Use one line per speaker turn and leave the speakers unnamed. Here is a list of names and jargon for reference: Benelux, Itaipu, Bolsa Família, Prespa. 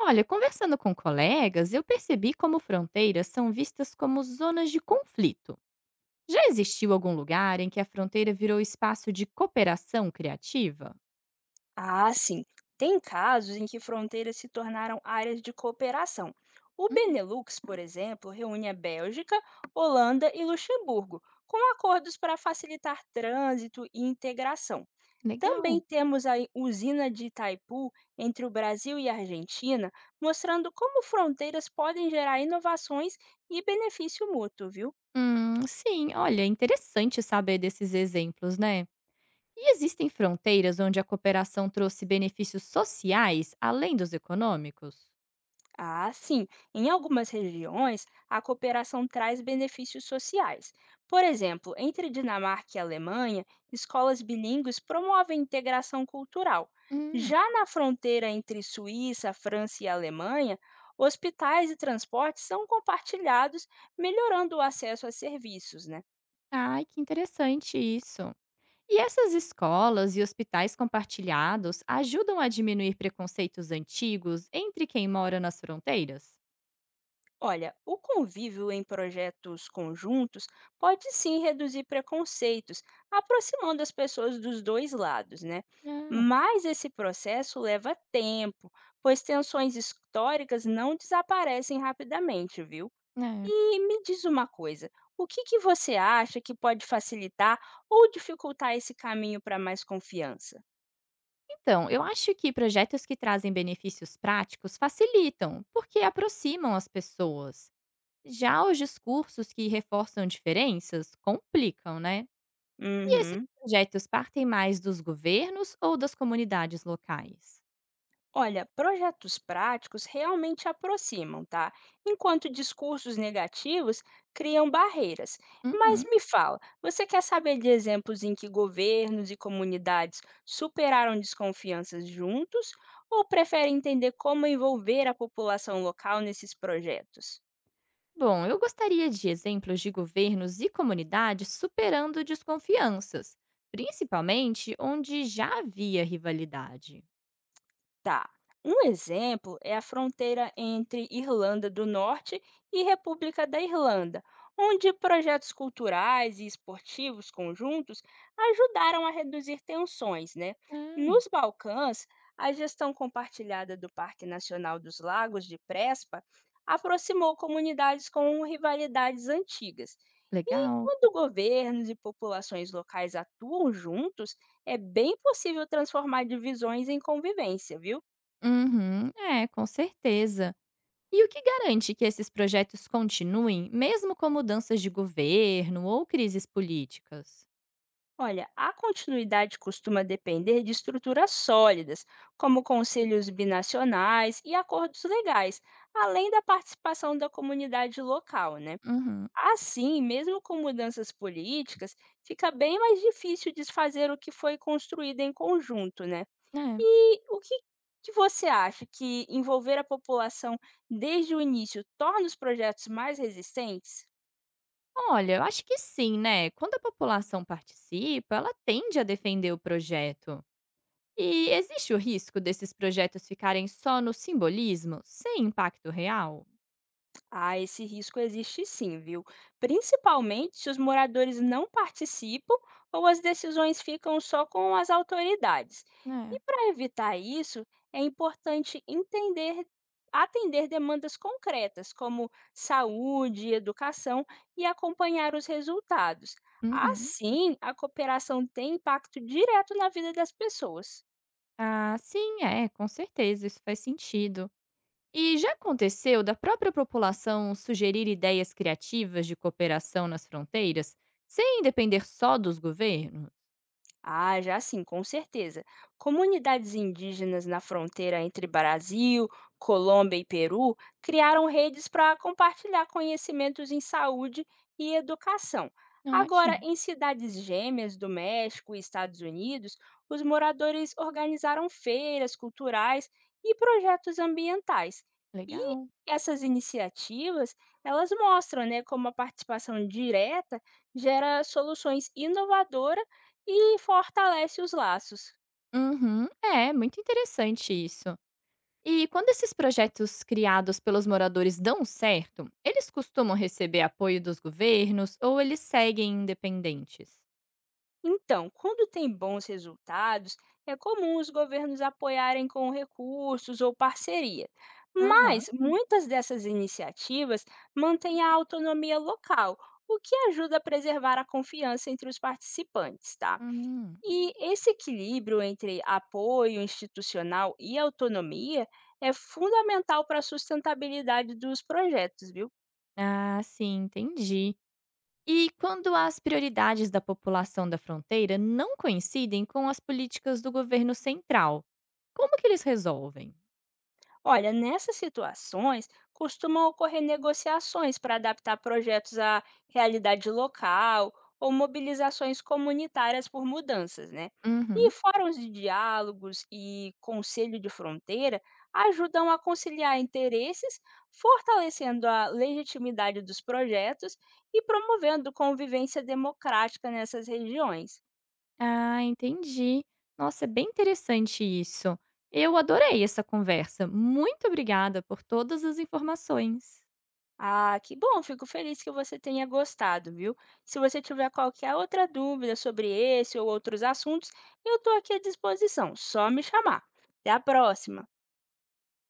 Olha, conversando com colegas, eu percebi como fronteiras são vistas como zonas de conflito. Já existiu algum lugar em que a fronteira virou espaço de cooperação criativa?
Ah, sim. Tem casos em que fronteiras se tornaram áreas de cooperação. O
Hum,
Benelux, por exemplo, reúne a Bélgica, Holanda e Luxemburgo, com acordos para facilitar trânsito e integração.
legal.
Também temos a usina de Itaipu entre o Brasil e a Argentina, mostrando como fronteiras podem gerar inovações e benefício mútuo, viu?
Sim, olha, é interessante saber desses exemplos, né? E existem fronteiras onde a cooperação trouxe benefícios sociais além dos econômicos?
Ah, sim. Em algumas regiões, a cooperação traz benefícios sociais. Por exemplo, entre Dinamarca e Alemanha, escolas bilíngues promovem integração cultural.
Hum,
Já na fronteira entre Suíça, França e Alemanha, hospitais e transportes são compartilhados, melhorando o acesso a serviços, né?
ai, que interessante isso. E essas escolas e hospitais compartilhados ajudam a diminuir preconceitos antigos entre quem mora nas fronteiras?
Olha, o convívio em projetos conjuntos pode sim reduzir preconceitos, aproximando as pessoas dos dois lados, né?
Ah,
Mas esse processo leva tempo, pois tensões históricas não desaparecem rapidamente, viu?
é.
E me diz uma coisa, o que que você acha que pode facilitar ou dificultar esse caminho para mais confiança?
Então, eu acho que projetos que trazem benefícios práticos facilitam, porque aproximam as pessoas. Já os discursos que reforçam diferenças complicam, né? E esses
Uhum.
projetos partem mais dos governos ou das comunidades locais?
Olha, projetos práticos realmente aproximam, tá? Enquanto discursos negativos criam barreiras. Mas
Uhum.
me fala, você quer saber de exemplos em que governos e comunidades superaram desconfianças juntos ou prefere entender como envolver a população local nesses projetos?
Bom, eu gostaria de exemplos de governos e comunidades superando desconfianças, principalmente onde já havia rivalidade.
Tá. Um exemplo é a fronteira entre Irlanda do Norte e República da Irlanda, onde projetos culturais e esportivos conjuntos ajudaram a reduzir tensões, né?
Ah,
Nos Balcãs, a gestão compartilhada do Parque Nacional dos Lagos de Prespa aproximou comunidades com rivalidades antigas. E
legal.
quando governos e populações locais atuam juntos, é bem possível transformar divisões em convivência, viu?
Uhum, é, com certeza. E o que garante que esses projetos continuem, mesmo com mudanças de governo ou crises políticas?
Olha, a continuidade costuma depender de estruturas sólidas, como conselhos binacionais e acordos legais, além da participação da comunidade local, né?
Uhum,
Assim, mesmo com mudanças políticas, fica bem mais difícil desfazer o que foi construído em conjunto, né?
é.
E o que, que você acha que envolver a população desde o início torna os projetos mais resistentes?
Olha, eu acho que sim, né? Quando a população participa, ela tende a defender o projeto. E existe o risco desses projetos ficarem só no simbolismo, sem impacto real?
Ah, esse risco existe sim, viu? Principalmente se os moradores não participam ou as decisões ficam só com as autoridades.
É.
E para evitar isso, é importante entender, atender demandas concretas, como saúde, educação e acompanhar os resultados.
Uhum.
Assim, a cooperação tem impacto direto na vida das pessoas.
Ah, sim, é, com certeza, isso faz sentido. E já aconteceu da própria população sugerir ideias criativas de cooperação nas fronteiras, sem depender só dos governos?
Ah, já sim, com certeza. Comunidades indígenas na fronteira entre Brasil, Colômbia e Peru criaram redes para compartilhar conhecimentos em saúde e educação. Agora,
Ótimo,
em cidades gêmeas do México e Estados Unidos, os moradores organizaram feiras culturais e projetos ambientais. E
legal.
essas iniciativas, elas mostram, né, como a participação direta gera soluções inovadoras e fortalece os laços.
Uhum, é, muito interessante isso. E quando esses projetos criados pelos moradores dão certo, eles costumam receber apoio dos governos ou eles seguem independentes?
Então, quando tem bons resultados, é comum os governos apoiarem com recursos ou parceria.
Aham.
Mas muitas dessas iniciativas mantêm a autonomia local, o que ajuda a preservar a confiança entre os participantes, tá?
Hum.
E esse equilíbrio entre apoio institucional e autonomia é fundamental para a sustentabilidade dos projetos, viu?
Ah, sim, entendi. E quando as prioridades da população da fronteira não coincidem com as políticas do governo central, como que eles resolvem?
Olha, nessas situações, costumam ocorrer negociações para adaptar projetos à realidade local ou mobilizações comunitárias por mudanças, né? E
Uhum.
fóruns de diálogos e conselho de fronteira ajudam a conciliar interesses, fortalecendo a legitimidade dos projetos e promovendo convivência democrática nessas regiões.
Ah, entendi. Nossa, é bem interessante isso. Eu adorei essa conversa. Muito obrigada por todas as informações.
Ah, que bom, fico feliz que você tenha gostado, viu? Se você tiver qualquer outra dúvida sobre esse ou outros assuntos, eu estou aqui à disposição, só me chamar. Até a próxima!